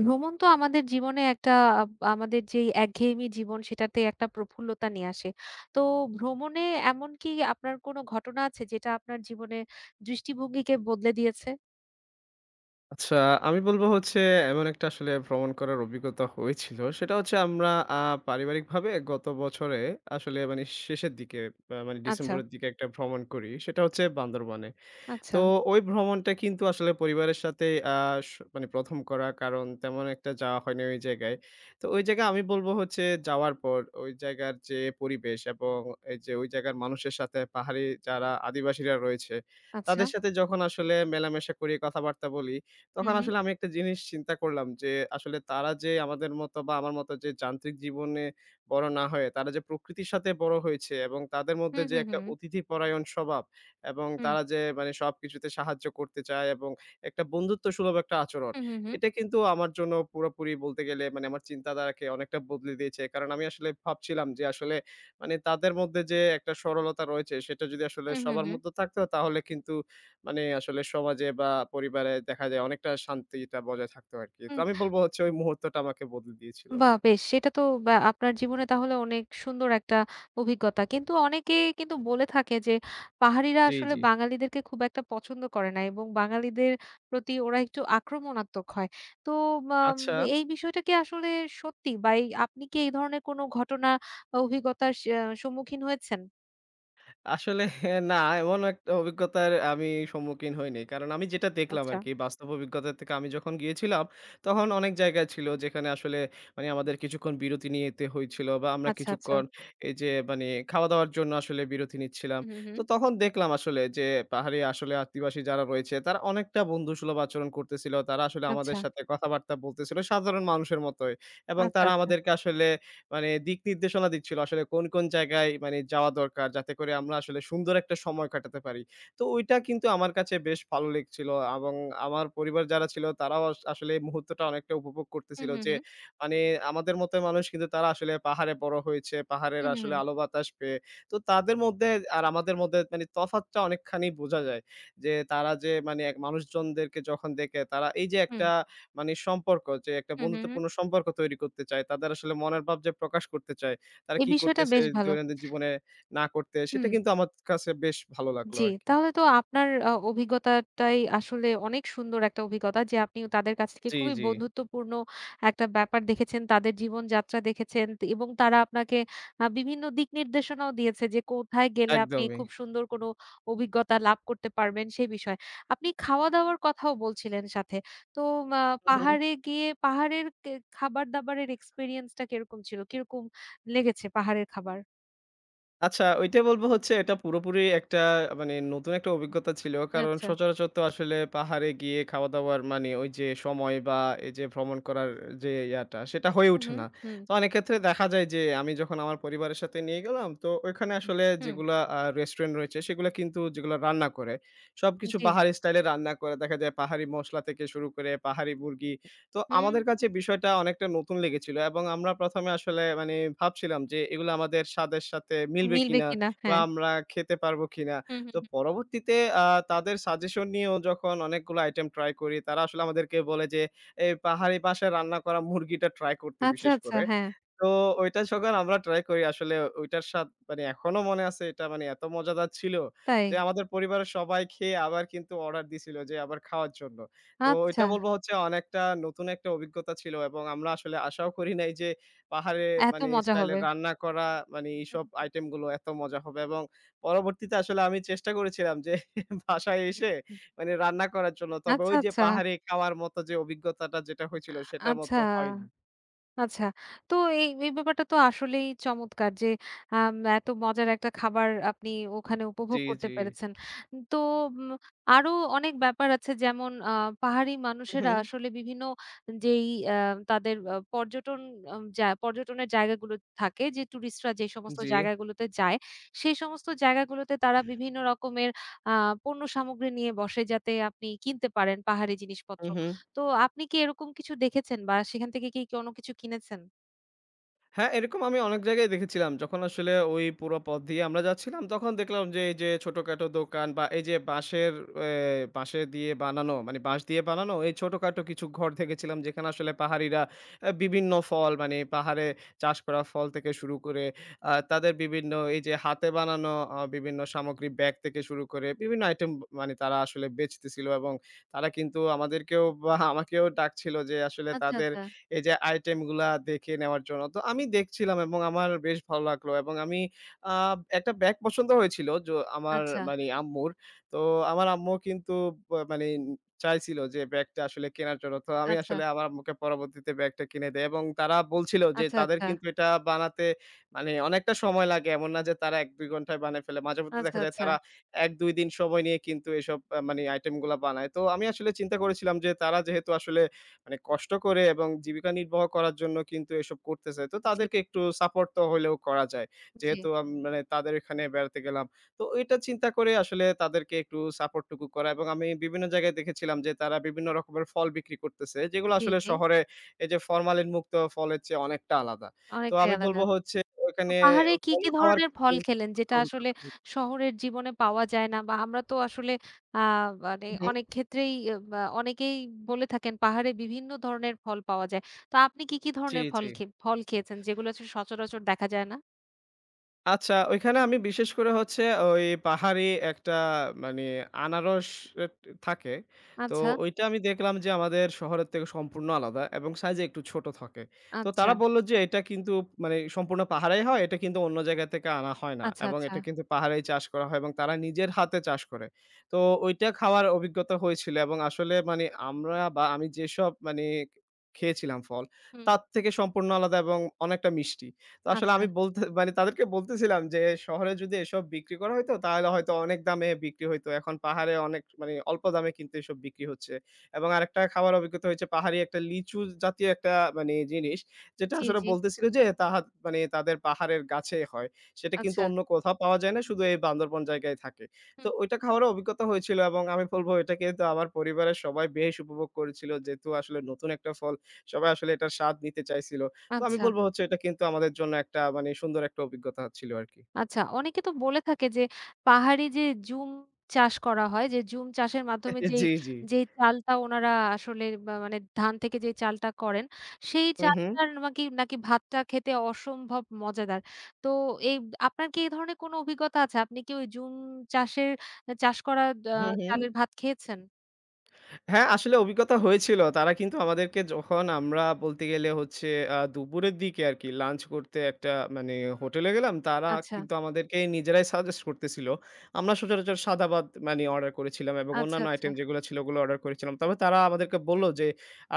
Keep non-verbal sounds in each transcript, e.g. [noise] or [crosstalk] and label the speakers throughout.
Speaker 1: ভ্রমণ তো আমাদের জীবনে একটা আমাদের যেই একঘেয়েমি জীবন সেটাতে একটা প্রফুল্লতা নিয়ে আসে। তো ভ্রমণে এমন কি আপনার কোনো ঘটনা আছে যেটা আপনার জীবনে দৃষ্টিভঙ্গিকে বদলে দিয়েছে?
Speaker 2: আচ্ছা, আমি বলব হচ্ছে এমন একটা আসলে ভ্রমণ করার অভিজ্ঞতা হয়েছিল। সেটা হচ্ছে আমরা পারিবারিকভাবে গত বছরে আসলে মানে শেষের দিকে, মানে
Speaker 1: আচ্ছা,
Speaker 2: ডিসেম্বরের দিকে একটা ভ্রমণ করি। সেটা হচ্ছে বান্দরবনে।
Speaker 1: আচ্ছা,
Speaker 2: তো ওই ভ্রমণটা কিন্তু আসলে পরিবারের সাথে আ স মানে ১ম করা, কারণ তেমন একটা যাওয়া হয়নি ওই জায়গায়। তো ওই জায়গায় আমি বলব হচ্ছে, যাওয়ার পর ওই জায়গার যে পরিবেশ এবং এই যে ওই জায়গার মানুষের সাথে, পাহাড়ি যারা আদিবাসীরা রয়েছে
Speaker 1: আচ্ছা।
Speaker 2: তাদের সাথে যখন আসলে মেলামেশা করি, কথাবার্তা বলি, তখন
Speaker 1: হুম, হুম।
Speaker 2: আসলে আমি একটা জিনিস চিন্তা করলাম যে, আসলে তারা যে আমাদের মতো বা আমার মতো যে যান্ত্রিক জীবনে বড় না হয়ে তারা যে প্রকৃতির সাথে বড় হয়েছে, এবং তাদের মধ্যে
Speaker 1: হুম,
Speaker 2: যে
Speaker 1: হুম,
Speaker 2: একটা
Speaker 1: হুম।
Speaker 2: অতিথি পরায়ণ স্বভাব এবং
Speaker 1: হুম,
Speaker 2: তারা যে মানে সবকিছুতে সাহায্য করতে চায়, এবং একটা বন্ধুত্বসুলভ একটা আচরণ।
Speaker 1: হুম, হুম, হুম।
Speaker 2: এটা কিন্তু আমার জন্য পুরোপুরি বলতে গেলে মানে আমার চিন্তাধারাকে অনেকটা বদলে দিয়েছে। কারণ আমি আসলে ভাবছিলাম যে, আসলে মানে তাদের মধ্যে যে একটা সরলতা রয়েছে, সেটা যদি আসলে
Speaker 1: হুম, হুম,
Speaker 2: সবার
Speaker 1: হুম।
Speaker 2: মধ্যে থাকতো তাহলে কিন্তু মানে আসলে সমাজে বা পরিবারে দেখা যায় অনেকটা শান্তিটা বজায় থাকতো আরকি। তো
Speaker 1: হুম।
Speaker 2: আমি বলব হচ্ছে, ওই মুহূর্তটা আমাকে বদলে দিয়েছিল।
Speaker 1: বাহ! বেশ। সেটা তো বা আপনার জীবনে তাহলে অনেক সুন্দর একটা অভিজ্ঞতা। কিন্তু অনেকে কিন্তু বলে থাকে যে পাহাড়িরা
Speaker 2: জি,
Speaker 1: আসলে
Speaker 2: জি।
Speaker 1: বাঙালিদেরকে খুব একটা পছন্দ করে না এবং বাঙালিদের প্রতি ওরা একটু আক্রমণাত্মক হয়। তো বাম
Speaker 2: আচ্ছা,
Speaker 1: এই বিষয়টা কি আসলে সত্যি? বা এই আপনি কি এই ধরনের কোনো ঘটনা বা অভিজ্ঞতার সম্মুখীন হয়েছেন?
Speaker 2: আসলে না, এমন একটা অভিজ্ঞতার আমি সম্মুখীন হইনি। কারণ আমি যেটা দেখলাম
Speaker 1: আচ্ছা,
Speaker 2: আরকি, বাস্তব অভিজ্ঞতা থেকে, আমি যখন গিয়েছিলাম, তখন অনেক জায়গা ছিল যেখানে আসলে মানে আমাদের কিছুক্ষণ বিরতি নিতে হয়েছিল, বা আমরা
Speaker 1: আচ্ছা, আচ্ছা।
Speaker 2: কিছুক্ষণ এই যে মানে খাওয়া-দাওয়ার জন্য আসলে বিরতি নিচ্ছিলাম।
Speaker 1: হুম, হুম, হুম।
Speaker 2: তো তখন দেখলাম আসলে যে, পাহাড়ি আসলে আদিবাসী যারা রয়েছে তারা অনেকটা বন্ধুসুলভ আচরণ করতেছিল। তারা আসলে
Speaker 1: আচ্ছা,
Speaker 2: আমাদের সাথে কথাবার্তা বলতেছিল সাধারণ মানুষের মতোই, এবং
Speaker 1: আচ্ছা,
Speaker 2: তারা
Speaker 1: আচ্ছা।
Speaker 2: আমাদেরকে আসলে মানে দিক নির্দেশনা দিচ্ছিল আসলে কোন, কোন জায়গায় মানে যাওয়া দরকার, যাতে করে আমরা আসলে সুন্দর একটা সময় কাটাতে পারি। তো ওইটা কিন্তু আমার কাছে বেশ ভালো লেগছিল, এবং আমার পরিবার যারা ছিল তারাও আসলে এই মুহূর্তটা অনেকটা উপভোগ
Speaker 1: হুম,
Speaker 2: করতেছিল
Speaker 1: হুম,
Speaker 2: যে,
Speaker 1: হুম।
Speaker 2: মানে আমাদের মতো মানুষ কিন্তু তারা আসলে পাহাড়ে বড় হয়েছে, পাহাড়ের
Speaker 1: হুম, হুম,
Speaker 2: আসলে
Speaker 1: হুম।
Speaker 2: আলো বাতাস পেয়ে। তো তাদের মধ্যে আর আমাদের মধ্যে মানে তফাৎটা অনেকখানি বোঝা যায়। যে তারা যে মানে এক মানুষজনদেরকে যখন দেখে, তারা এই যে
Speaker 1: হুম,
Speaker 2: একটা মানে সম্পর্ক, যে একটা
Speaker 1: হুম, হুম। হুম।
Speaker 2: বন্ধুত্বপূর্ণ সম্পর্ক তৈরি করতে চায়। তাদের আসলে মনের ভাব যে প্রকাশ করতে চায়। তারা
Speaker 1: এই
Speaker 2: কি
Speaker 1: বিষয়টা
Speaker 2: করতেছে
Speaker 1: বেশ ভালো।
Speaker 2: দৈনন্দিন জীবনে, না করতে, সেটা
Speaker 1: হুম।
Speaker 2: কিন্তু আমার কাছে বেশ ভালো লাগলো
Speaker 1: জি,
Speaker 2: আরকি।
Speaker 1: তাহলে তো আপনার অভিজ্ঞতাটাই আসলে অনেক সুন্দর একটা অভিজ্ঞতা যে আপনি তাদের কাছ থেকে
Speaker 2: জি,
Speaker 1: খুবই
Speaker 2: জি।
Speaker 1: বন্ধুত্বপূর্ণ একটা ব্যাপার দেখেছেন, তাদের জীবনযাত্রা দেখেছেন এবং তারা আপনাকে বিভিন্ন দিক নির্দেশনাও দিয়েছে যে কোথায় গেলে আপনি
Speaker 2: একদমই।
Speaker 1: খুব সুন্দর কোনো অভিজ্ঞতা লাভ করতে পারবেন সেই বিষয়ে। আপনি খাওয়া-দাওয়ার কথাও বলছিলেন সাথে। তো মা
Speaker 2: হু, হু।
Speaker 1: পাহাড়ে গিয়ে পাহাড়ের খাবার-দাবারের এক্সপেরিয়েন্স টা কিরকম ছিল? কিরকম লেগেছে পাহাড়ের খাবার?
Speaker 2: আচ্ছা, ওইটা বলব হচ্ছে, এটা পুরোপুরি একটা মানে নতুন একটা অভিজ্ঞতা ছিল। কারণ
Speaker 1: আচ্ছা।
Speaker 2: সচরাচর তো আসলে পাহাড়ে গিয়ে খাওয়া-দাওয়ার মানে ওই যে সময়, বা এই যে ভ্রমণ করার যে ইয়াটা, সেটা হয়ে
Speaker 1: হু, হু,
Speaker 2: ওঠে না।
Speaker 1: হুম,
Speaker 2: তো অনেক ক্ষেত্রে দেখা যায় যে, আমি যখন আমার পরিবারের সাথে নিয়ে গেলাম, তো ওইখানে আসলে
Speaker 1: হুম,
Speaker 2: যেগুলা রেস্টুরেন্ট রয়েছে সেগুলা কিন্তু, যেগুলা রান্না করে, সবকিছু
Speaker 1: জি।
Speaker 2: পাহাড়ি স্টাইলে রান্না করে। দেখা যায় পাহাড়ি মসলা থেকে শুরু করে পাহাড়ি মুরগি। তো
Speaker 1: হুম,
Speaker 2: আমাদের কাছে বিষয়টা অনেকটা নতুন লেগেছিল, এবং আমরা ১ম এ আসলে মানে ভাবছিলাম যে, এগুলো আমাদের স্বাদের সাথে মিলবে
Speaker 1: মিলবে
Speaker 2: কিনা,
Speaker 1: কিনা।
Speaker 2: বা
Speaker 1: হ্যাঁ।
Speaker 2: আমরা খেতে পারবো কিনা।
Speaker 1: হুম, হুম,
Speaker 2: তো
Speaker 1: হুম।
Speaker 2: পরবর্তীতে আ তাদের সাজেশন নিয়েও যখন অনেকগুলো আইটেম ট্রাই করি, তারা আসলে আমাদেরকে বলে যে, এই পাহাড়ি বাসায় রান্না করা মুরগিটা ট্রাই করতে
Speaker 1: আচ্ছা,
Speaker 2: বিশেষ
Speaker 1: আচ্ছা।
Speaker 2: করে।
Speaker 1: হ্যাঁ,
Speaker 2: তো ওইটা যখন আমরা ট্রাই করি, আসলে ওইটার স্বাদ মানে এখনো মনে আছে, এটা মানে এত মজাদার ছিল
Speaker 1: তাই।
Speaker 2: যে, আমাদের পরিবারের সবাই খেয়ে আবার কিন্তু অর্ডার দিছিল, যে আবার খাওয়ার জন্য। তো
Speaker 1: আচ্ছা,
Speaker 2: ওইটা বলবো হচ্ছে, অনেকটা নতুন একটা অভিজ্ঞতা ছিল, এবং আমরা আসলে আশাও করি নাই যে, পাহাড়ে
Speaker 1: এত
Speaker 2: মানে
Speaker 1: মজা
Speaker 2: স্টাইলে
Speaker 1: হবে।
Speaker 2: রান্না করা মানে
Speaker 1: হুম,
Speaker 2: এইসব
Speaker 1: হুম,
Speaker 2: আইটেম গুলো এত মজা হবে। এবং পরবর্তীতে আসলে আমি চেষ্টা করেছিলাম যে [laughs] বাসায়
Speaker 1: হুম,
Speaker 2: এসে
Speaker 1: হুম।
Speaker 2: মানে রান্না করার জন্য। তবে
Speaker 1: আচ্ছা,
Speaker 2: ওই যে
Speaker 1: আচ্ছা,
Speaker 2: পাহাড়ে খাওয়ার মতো যে অভিজ্ঞতাটা যেটা হয়েছিল, সেটার
Speaker 1: আচ্ছা।
Speaker 2: মতো হয়নি।
Speaker 1: আচ্ছা। তো এই ব্যাপারটা তো আসলেই চমৎকার যে এত মজার একটা খাবার আপনি ওখানে
Speaker 2: জি,
Speaker 1: উপভোগ করতে
Speaker 2: জি।
Speaker 1: পেরেছেন। তো উম আরো অনেক ব্যাপার আছে যেমন পাহাড়ি মানুষেরা
Speaker 2: হুম।
Speaker 1: আসলে বিভিন্ন যেই আ তাদের পর্যটন যা পর্যটনের জায়গাগুলো থাকে যে টুরিস্টরা যে সমস্ত
Speaker 2: জি।
Speaker 1: জায়গাগুলোতে যায়, সেই সমস্ত জায়গাগুলোতে তারা বিভিন্ন রকমের আ পণ্য সামগ্রী নিয়ে বসে যাতে আপনি কিনতে পারেন পাহাড়ি জিনিসপত্র।
Speaker 2: হুম, হুম।
Speaker 1: তো আপনি কি এরকম কিছু দেখেছেন বা সেখান থেকে কি কোনো কিছু কিনেছেন?
Speaker 2: হ্যাঁ, এরকম আমি অনেক জায়গায় দেখেছিলাম। যখন আসলে ওই পুরো পথ দিয়ে আমরা যাচ্ছিলাম, তখন দেখলাম যে এই যে ছোটখাটো দোকান, বা এই যে বাঁশের এ বাঁশে দিয়ে বানানো, মানে বাঁশ দিয়ে বানানো এই ছোটখাটো কিছু ঘর দেখেছিলাম, যেখানে আসলে পাহাড়িরা বিভিন্ন ফল, মানে পাহাড়ে চাষ করা ফল থেকে শুরু করে তাদের বিভিন্ন এই যে হাতে বানানো বিভিন্ন সামগ্রী, ব্যাগ থেকে শুরু করে বিভিন্ন আইটেম মানে তারা আসলে বেচতেছিল, এবং তারা কিন্তু আমাদেরকেও বা আমাকেও ডাকছিল যে, আসলে
Speaker 1: আচ্ছা,
Speaker 2: তাদের
Speaker 1: আচ্ছা,
Speaker 2: এই যে আইটেমগুলা দেখে নেওয়ার জন্য। তো আমি দেখছিলাম এবং আমার বেশ ভালো লাগলো, এবং আমি আ একটা ব্যাগ পছন্দ হয়েছিল, আমার
Speaker 1: আচ্ছা,
Speaker 2: মানে আম্মুর। তো আমার আম্মু কিন্তু মানে চাইছিল যে ব্যাগটা আসলে কেনার জন্য। তো আমি
Speaker 1: আচ্ছা,
Speaker 2: আসলে আমার আম্মুকে পরবর্তীতে ব্যাগটা কিনে দেই, এবং তারা বলছিল যে,
Speaker 1: আচ্ছা,
Speaker 2: তাদের
Speaker 1: আচ্ছা,
Speaker 2: কিন্তু এটা বানাতে মানে অনেকটা সময় লাগে। এমন না যে তারা ১-২ ঘন্টায় বানায় ফেলে। মাঝেমধ্যে
Speaker 1: আচ্ছা,
Speaker 2: দেখা যায়
Speaker 1: আচ্ছা।
Speaker 2: তারা ১-২ দিন সময় নিয়ে কিন্তু এসব মানে আইটেমগুলা বানায়। তো আমি আসলে চিন্তা করেছিলাম যে, তারা যেহেতু আসলে মানে কষ্ট করে, এবং জীবিকা নির্বাহ করার জন্য কিন্তু এসব করতেছে, তো
Speaker 1: জি,
Speaker 2: তাদেরকে একটু সাপোর্ট তো হইলেও করা যায়।
Speaker 1: জি,
Speaker 2: যেহেতু মানে তাদের এখানে বেড়াতে গেলাম। তো এটা চিন্তা করে আসলে তাদেরকে একটু সাপোর্ট টুকু করা। এবং আমি বিভিন্ন জায়গায় দেখেছিলাম যে, তারা বিভিন্ন রকমের ফল বিক্রি করতেছে, যেগুলো
Speaker 1: জি,
Speaker 2: আসলে
Speaker 1: জি।
Speaker 2: শহরে এই যে ফরমালিন মুক্ত ফলের চেয়ে অনেকটা আলাদা। তো
Speaker 1: অনেকটাই
Speaker 2: আমি
Speaker 1: আলাদা।
Speaker 2: বলব হচ্ছে,
Speaker 1: তো
Speaker 2: ওখানে
Speaker 1: পাহাড়ে কি
Speaker 2: ফলও খাওয়ার
Speaker 1: ধরনের ফল
Speaker 2: কিন্তু
Speaker 1: খেলেন যেটা আসলে শহরের জীবনে পাওয়া যায় না? বা আমরা তো আসলে আ মানে
Speaker 2: হুম, হুম।
Speaker 1: অনেক ক্ষেত্রেই বা অনেকেই বলে থাকেন পাহাড়ে বিভিন্ন ধরনের ফল পাওয়া যায়। তো আপনি কি
Speaker 2: জি,
Speaker 1: ধরনের ফল
Speaker 2: জি।
Speaker 1: ফল খেয়েছেন যেগুলো আসলে সচরাচর দেখা যায় না?
Speaker 2: আচ্ছা, ওইখানে আমি বিশেষ করে হচ্ছে ওই পাহাড়ি একটা মানে আনারস এট থাকে। তো
Speaker 1: আচ্ছা,
Speaker 2: ওইটা আমি দেখলাম যে, আমাদের শহরের থেকে সম্পূর্ণ আলাদা এবং সাইজে একটু ছোট থাকে। তো
Speaker 1: আচ্ছা,
Speaker 2: তারা বলল যে, এটা কিন্তু মানে সম্পূর্ণ পাহাড়েই হয়। এটা কিন্তু অন্য জায়গা থেকে আনা হয় না,
Speaker 1: আচ্ছা,
Speaker 2: এবং
Speaker 1: আচ্ছা।
Speaker 2: এটা কিন্তু পাহাড়েই চাষ করা হয়, এবং তারা নিজের হাতে চাষ করে। তো ওইটা খাওয়ার অভিজ্ঞতা হয়েছিল, এবং আসলে মানে আমরা বা আমি যেসব মানে খেয়েছিলাম ফল,
Speaker 1: হুম,
Speaker 2: তার থেকে সম্পূর্ণ আলাদা এবং অনেকটা মিষ্টি। তো আসলে
Speaker 1: আচ্ছা।
Speaker 2: আমি বলতে মানে তাদেরকে বলতেছিলাম যে, "শহরে যদি এসব বিক্রি করা হইতো তাহলে হয়তো অনেক দামে বিক্রি হইতো। এখন পাহাড়ে অনেক মানে অল্প দামে কিন্তু এসব বিক্রি হচ্ছে।" এবং আরেকটা খাবার অভিজ্ঞতা হয়েছে পাহাড়ি একটা লিচু জাতীয় একটা মানে জিনিস, যেটা
Speaker 1: জি,
Speaker 2: আসলে
Speaker 1: জি।
Speaker 2: বলতেছিল যে, মানে তাদের পাহাড়ের গাছে হয়। সেটা কিন্তু
Speaker 1: আচ্ছা।
Speaker 2: অন্য কোথাও পাওয়া যায় না। শুধু এই বান্দরবন জায়গায় থাকে। তো
Speaker 1: হুম,
Speaker 2: ওইটা খাওয়ারও অভিজ্ঞতা হয়েছিল, এবং আমি বলব এটা কিন্তু আমার পরিবারের সবাই বেশ উপভোগ করেছিল। যেহেতু আসলে নতুন একটা ফল, সবাই আসলে এটার স্বাদ নিতে চাইছিল। তো আমি
Speaker 1: আচ্ছা,
Speaker 2: বলব হচ্ছে, এটা কিন্তু আমাদের জন্য একটা মানে সুন্দর একটা অভিজ্ঞতা ছিল আরকি।
Speaker 1: আচ্ছা। অনেকে তো বলে থাকে যে পাহাড়ে যে জুম চাষ করা হয়, যে জুম চাষের মাধ্যমে
Speaker 2: [laughs]
Speaker 1: যেই,
Speaker 2: জি, জি।
Speaker 1: যেই চালটা ওনারা আসলে বা মানে ধান থেকে যে চালটা করেন, সেই
Speaker 2: হু, হু।
Speaker 1: চালটার নাকি ভাতটা খেতে অসম্ভব মজাদার। তো এই আপনার কি এই ধরনের কোনো অভিজ্ঞতা আছে? আপনি কি ওই জুম চাষের চাষ করা আ
Speaker 2: হু, হু।
Speaker 1: চালের ভাত খেয়েছেন?
Speaker 2: হ্যাঁ, আসলে অভিজ্ঞতা হয়েছিল। তারা কিন্তু আমাদেরকে যখন আমরা বলতে গেলে হচ্ছে দুপুরের দিকে আরকি লাঞ্চ করতে একটা মানে হোটেলে গেলাম, তারা
Speaker 1: আচ্ছা,
Speaker 2: কিন্তু আমাদেরকে নিজেরাই সাজেস্ট করতেছিল। আমরা সচরাচর সাদা ভাত মানে অর্ডার করেছিলাম, এবং
Speaker 1: আচ্ছা,
Speaker 2: অন্যান্য
Speaker 1: আচ্ছা।
Speaker 2: আইটেম যেগুলো ছিল ওগুলো অর্ডার করেছিলাম। তবে তারা আমাদেরকে বলল যে,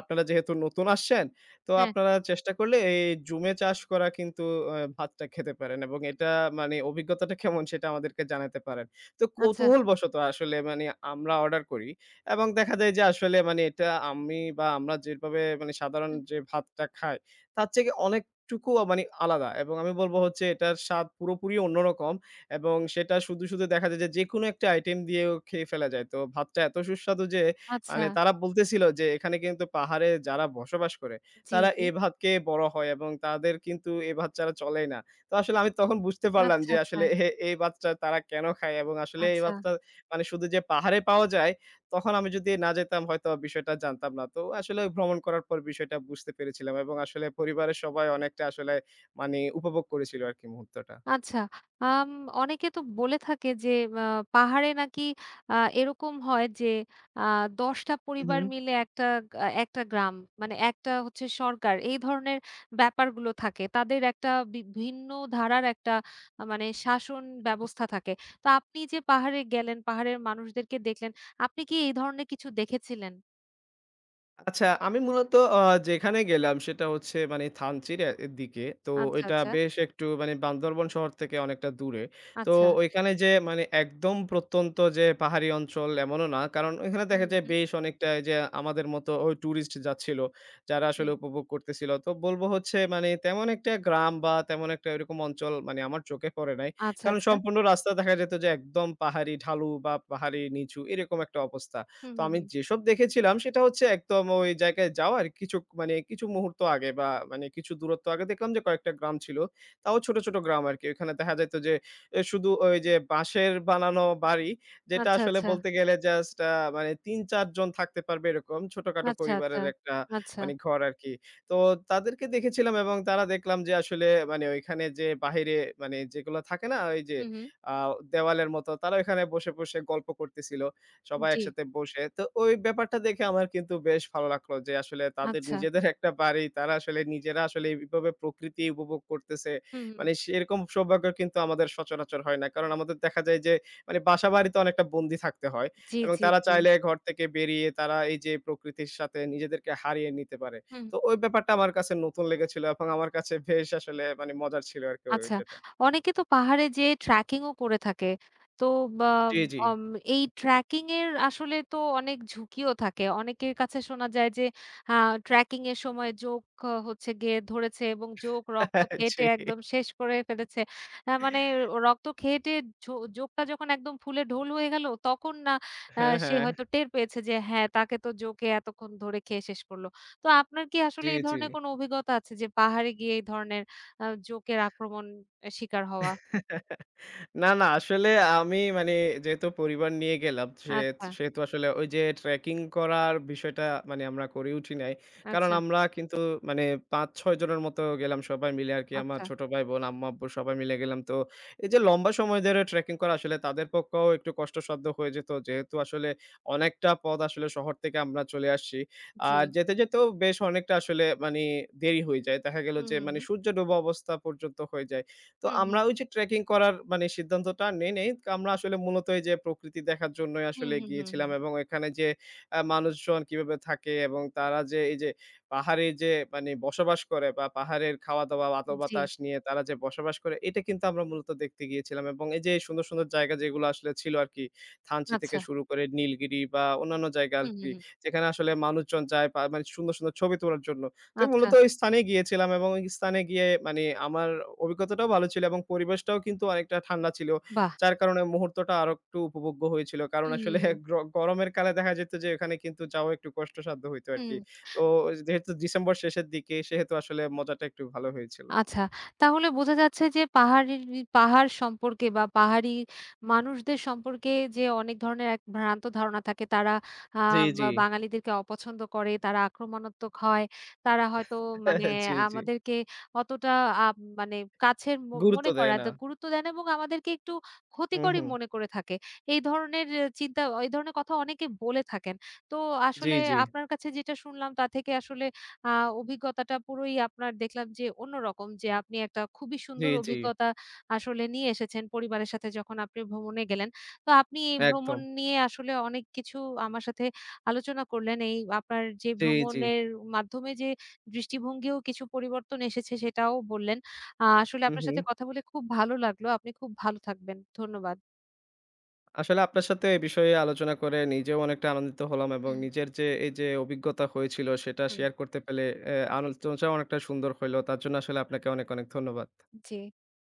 Speaker 2: "আপনারা যেহেতু নতুন আসছেন, তো
Speaker 1: হ্যাঁ,
Speaker 2: আপনারা চেষ্টা করলে এই জুমে চাষ করা কিন্তু ভাতটা খেতে পারেন, এবং এটা মানে অভিজ্ঞতাটা কেমন সেটা আমাদেরকে জানাতে পারেন।" তো
Speaker 1: আচ্ছা,
Speaker 2: কৌতূহলবশত আসলে মানে আমরা অর্ডার করি। এবং দেখা যায় যে, আসলে মানে এটা আমি বা আমরা যেভাবে মানে সাধারণ
Speaker 1: হুম,
Speaker 2: যে ভাতটা খাই তার থেকে অনেকটুকু মানে আলাদা, এবং আমি বলব হচ্ছে এটার স্বাদ পুরোপুরি অন্যরকম। এবং সেটা শুধু দেখা যায় যে, যেকোনো একটা আইটেম দিয়েও খেয়ে ফেলা যায়। তো ভাতটা এত সুস্বাদু যে,
Speaker 1: আচ্ছা।
Speaker 2: মানে তারা বলতেছিল যে, এখানে কিন্তু পাহাড়ে যারা বসবাস করে
Speaker 1: জি,
Speaker 2: তারা
Speaker 1: জি।
Speaker 2: এ ভাত খেয়ে বড় হয়, এবং তাদের কিন্তু এ ভাত ছাড়া চলেই না। তো আসলে আমি তখন বুঝতে পারলাম
Speaker 1: আচ্ছা,
Speaker 2: যে,
Speaker 1: আচ্ছা,
Speaker 2: আসলে এই ভাতটা তারা কেন খায়, এবং আসলে এই
Speaker 1: আচ্ছা।
Speaker 2: ভাতটা মানে শুধু যে পাহাড়ে পাওয়া যায়। তখন আমি যদি না যেতাম হয়তো বিষয়টা জানতাম না। তো আসলে ভ্রমণ করার পর বিষয়টা বুঝতে পেরেছিলাম, এবং আসলে পরিবারের সবাই অনেকটা আসলে মানি উপভোগ করেছিল আরকি মুহূর্তটা।
Speaker 1: আচ্ছা, আম অনেকে তো বলে থাকে যে আ পাহাড়ে নাকি এরকম হয় যে আ ১০ টা পরিবার মিলে একটা একটা গ্রাম মানে একটা হচ্ছে সরকার এই ধরনের ব্যাপারগুলো থাকে। তাদের একটা ভিন্ন ধারার একটা মানে শাসন ব্যবস্থা থাকে। তো আপনি যে পাহাড়ে গেলেন, পাহাড়ের মানুষদেরকে দেখলেন, আপনি কি এই ধরনের কিছু দেখেছিলেন?
Speaker 2: আচ্ছা, আমি মূলত আ যেখানে গেলাম সেটা হচ্ছে মানে থানচির এর দিকে। তো
Speaker 1: আচ্ছা,
Speaker 2: এটা
Speaker 1: আচ্ছা,
Speaker 2: বেশ একটু মানে বান্দরবন শহর থেকে অনেকটা দূরে। তো
Speaker 1: আচ্ছা।
Speaker 2: ঐখানে যে মানে একদম প্রত্যন্ত যে পাহাড়ি অঞ্চল এমনও না। কারণ ওইখানে দেখা
Speaker 1: হুম,
Speaker 2: যায়
Speaker 1: হুম,
Speaker 2: বেশ অনেকটা এই যে আমাদের মতো ওই টুরিস্ট যাচ্ছিল, যারা আসলে
Speaker 1: হুম।
Speaker 2: উপভোগ করতেছিল। তো বলব হচ্ছে মানে তেমন একটা গ্রাম বা তেমন একটা এরকম অঞ্চল মানে আমার চোখে পড়ে নাই।
Speaker 1: আচ্ছা,
Speaker 2: কারণ
Speaker 1: আচ্ছা।
Speaker 2: সম্পূর্ণ রাস্তা দেখা যেত যে, একদম পাহাড়ি ঢালু বা পাহাড়ি নিচু এরকম একটা অবস্থা।
Speaker 1: হুম,
Speaker 2: তো
Speaker 1: হুম,
Speaker 2: আমি
Speaker 1: হুম।
Speaker 2: যেসব দেখেছিলাম সেটা হচ্ছে, একদম ওই জায়গায় যাওয়ার কিছু মানে কিছু মুহূর্ত আগে বা মানে কিছু দূরত্ব আগে দেখলাম যে, কয়েকটা গ্রাম ছিল। তাও ছোট, ছোট গ্রাম আরকি। ওইখানে দেখা যাইত যে, শুধু ওই যে বাঁশের বানানো বাড়ি, যেটা
Speaker 1: আচ্ছা,
Speaker 2: আসলে
Speaker 1: আচ্ছা,
Speaker 2: বলতে গেলে জাস্ট মানে ৩-৪ জন থাকতে পারবে, এরকম ছোটখাটো
Speaker 1: আচ্ছা, আচ্ছা,
Speaker 2: পরিবারের একটা
Speaker 1: আচ্ছা।
Speaker 2: মানে ঘর আরকি। তো তাদেরকে দেখেছিলাম, এবং তারা দেখলাম যে আসলে মানে ওইখানে যে বাহিরে মানে যেগুলো থাকে না ওই যে
Speaker 1: হুম, হুম।
Speaker 2: আ দেওয়ালের মতো, তারা ওইখানে বসে, বসে গল্প করতেছিল। সবাই
Speaker 1: জি,
Speaker 2: একসাথে বসে। তো ওই ব্যাপারটা দেখে আমার কিন্তু বেশ ভালো লাগলো যে, আসলে তাদের
Speaker 1: আচ্ছা।
Speaker 2: নিজেদের একটা বাড়ি। তারা আসলে নিজেরা আসলে এভাবে প্রকৃতি উপভোগ করতেছে।
Speaker 1: হুম, হুম।
Speaker 2: মানে সেরকম সৌভাগ্য কিন্তু আমাদের সচরাচর হয় না। কারণ আমাদের দেখা যায় যে, মানে বাসাবাড়িতে অনেকটা বন্দি থাকতে হয়।
Speaker 1: জি,
Speaker 2: এবং
Speaker 1: জি,
Speaker 2: তারা
Speaker 1: জি।
Speaker 2: চাইলে ঘর থেকে বেরিয়ে তারা এই যে প্রকৃতির সাথে নিজেদেরকে হারিয়ে নিতে পারে।
Speaker 1: হুম,
Speaker 2: তো ওই ব্যাপারটা আমার কাছে নতুন লেগেছিল, এবং আমার কাছে বেশ আসলে মানে মজার ছিল আরকি
Speaker 1: আচ্ছা।
Speaker 2: ওইটাটা।
Speaker 1: অনেকে তো পাহাড়ে যেয়ে ট্র্যাকিং ও করে থাকে। তো বা
Speaker 2: জি, জি।
Speaker 1: অম এই ট্র্যাকিং এর আসলে তো অনেক ঝুঁকিও থাকে। অনেকের কাছে শোনা যায় যে আ ট্র্যাকিং এর সময় জোঁক হচ্ছে গিয়ে ধরেছে এবং জোঁক রক্ত
Speaker 2: [laughs] জি।
Speaker 1: ঘেঁটে একদম শেষ করে ফেলেছে। মানে রক্ত ঘেঁটে জোঁকটা যখন একদম ফুলে ঢোল হয়ে গেল তখন না
Speaker 2: হ্যাঁ,
Speaker 1: সে
Speaker 2: হ্যাঁ।
Speaker 1: হয়তো টের পেয়েছে যে হ্যাঁ, তাকে তো জোঁকে এতক্ষণ ধরে খেয়ে শেষ করল। তো আপনার কি আসলে
Speaker 2: জি,
Speaker 1: এই
Speaker 2: জি।
Speaker 1: ধরনের কোনো অভিজ্ঞতা আছে যে পাহাড়ে গিয়ে এই ধরনের জোকের আক্রমণ শিকার হওয়া।
Speaker 2: [laughs] না, না, আসলে আমি মানে যেহেতু পরিবার নিয়ে গেলাম, সে
Speaker 1: আচ্ছা,
Speaker 2: সেহেতু আসলে ওই যে ট্রেকিং করার বিষয়টা মানে আমরা করে উঠি নাই। কারণ
Speaker 1: আচ্ছা,
Speaker 2: আমরা কিন্তু মানে ৫-৬ জনের মতো গেলাম সবাই মিলে আরকি। আমার
Speaker 1: আচ্ছা।
Speaker 2: ছোট ভাই, বোন, আম্মু-আব্বু সবাই মিলে গেলাম। তো এই যে লম্বা সময় ধরে ট্রেকিং করা আসলে তাদের পক্ষেও একটু কষ্টসাধ্য হয়ে যেত। যেহেতু আসলে অনেকটা পথ আসলে শহর থেকে আমরা চলে আসছি।
Speaker 1: জি।
Speaker 2: আর যেতে, যেতেও বেশ অনেকটা আসলে মানি দেরি হয়ে যায়। দেখা গেল
Speaker 1: হুম,
Speaker 2: যে, মানে
Speaker 1: হুম,
Speaker 2: সূর্য ডোবা অবস্থা পর্যন্ত হয়ে যায়। তো
Speaker 1: হুম, হুম,
Speaker 2: আমরা ওই যে ট্রেকিং করার মানে সিদ্ধান্তটা নেই নাই। আমরা আসলে মূলত এই যে প্রকৃতি দেখার জন্যই
Speaker 1: হুম,
Speaker 2: আসলে
Speaker 1: হুম, হুম,
Speaker 2: গিয়েছিলাম,
Speaker 1: হুম।
Speaker 2: এবং এখানে যে মানুষজন কিভাবে থাকে, এবং তারা যে এই যে পাহাড়ে যে মানে বসবাস করে, বা পাহাড়ের খাওয়া-দাওয়া, আলো
Speaker 1: জি,
Speaker 2: বাতাস নিয়ে তারা যে বসবাস করে, এটা কিন্তু আমরা মূলত দেখতে গিয়েছিলাম। এবং এই যে সুন্দর, সুন্দর জায়গা যেগুলো আসলে ছিল আরকি, থানচি থেকে
Speaker 1: আচ্ছা।
Speaker 2: শুরু করে নীলগিরি বা অন্যান্য জায়গা
Speaker 1: হুম, হুম,
Speaker 2: আরকি,
Speaker 1: হুম।
Speaker 2: যেখানে আসলে মানুষজন যায় মানে সুন্দর, সুন্দর ছবি তোলার জন্য। তো
Speaker 1: আচ্ছা,
Speaker 2: মূলত ওই স্থানে গিয়েছিলাম, এবং ওই স্থানে গিয়ে মানে আমার অভিজ্ঞতাটাও ভালো ছিল, এবং পরিবেশটাও কিন্তু অনেকটা ঠান্ডা ছিল।
Speaker 1: বাহ!
Speaker 2: যার কারণে মুহূর্তটা আরো একটু উপভোগ্য হয়েছিল। কারণ
Speaker 1: হুম, হুম,
Speaker 2: আসলে
Speaker 1: হুম,
Speaker 2: গরমের কালে দেখা যেত যে, ওখানে কিন্তু যাওয়া একটু কষ্টসাধ্য হইতো
Speaker 1: হুম।
Speaker 2: আরকি। তো যেহেতু ডিসেম্বর শেষের দিকে, সেহেতু আসলে মজাটা একটু ভালো হয়েছিল।
Speaker 1: আচ্ছা। তাহলে বোঝা যাচ্ছে যে পাহাড়ি পাহাড় সম্পর্কে বা পাহাড়ি মানুষদের সম্পর্কে যে অনেক ধরনের এক ভ্রান্ত ধারণা থাকে। তারা আ
Speaker 2: জি, জি।
Speaker 1: বা বাঙালিদেরকে অপছন্দ করে, তারা আক্রমণাত্মক হয়। তারা হয়তো মানে
Speaker 2: [laughs] জি, জি।
Speaker 1: আমাদেরকে অতটা আ মানে কাছের
Speaker 2: গুরুত্ব
Speaker 1: মনে করে
Speaker 2: দেয়
Speaker 1: না,
Speaker 2: না।
Speaker 1: তা গুরুত্ব দেয় না এবং আমাদেরকে একটু
Speaker 2: হুম,
Speaker 1: ক্ষতিকরই
Speaker 2: হুম।
Speaker 1: মনে করে থাকে। এই ধরনের চিন্তা এই ধরনের কথা অনেকে বলে থাকেন। তো
Speaker 2: জি,
Speaker 1: আসলে
Speaker 2: জি।
Speaker 1: আপনার কাছে যেটা শুনলাম তা থেকে আসলে আ অভিজ্ঞতাটা পুরোই আপনার দেখলাম যে অন্যরকম যে আপনি একটা খুবই
Speaker 2: জি,
Speaker 1: সুন্দর
Speaker 2: জি।
Speaker 1: অভিজ্ঞতা আসলে নিয়ে এসেছেন পরিবারের সাথে যখন আপনি ভ্রমণে গেলেন। তো আপনি এই ভ্রমণ
Speaker 2: একদম।
Speaker 1: নিয়ে আসলে অনেক কিছু আমার সাথে আলোচনা করলেন। এই আপনার যে
Speaker 2: জি, জি।
Speaker 1: ভ্রমণের মাধ্যমে যে দৃষ্টিভঙ্গিও কিছু পরিবর্তন এসেছে সেটাও বললেন। আসলে
Speaker 2: হু,
Speaker 1: আপনার
Speaker 2: হু।
Speaker 1: সাথে কথা বলে খুব ভালো লাগলো। আপনি খুব ভালো থাকবেন। ধন্যবাদ।
Speaker 2: আসলে আপনার সাথে এ বিষয়ে আলোচনা করে নিজেও অনেকটা আনন্দিত হলাম, এবং
Speaker 1: হুম,
Speaker 2: নিজের যে এই যে অভিজ্ঞতা হয়েছিল সেটা
Speaker 1: হুম।
Speaker 2: শেয়ার করতে পেলে আলোচনাটা অনেকটা সুন্দর হইলো। তার জন্য আসলে আপনাকে অনেক অনেক ধন্যবাদ।
Speaker 1: জি।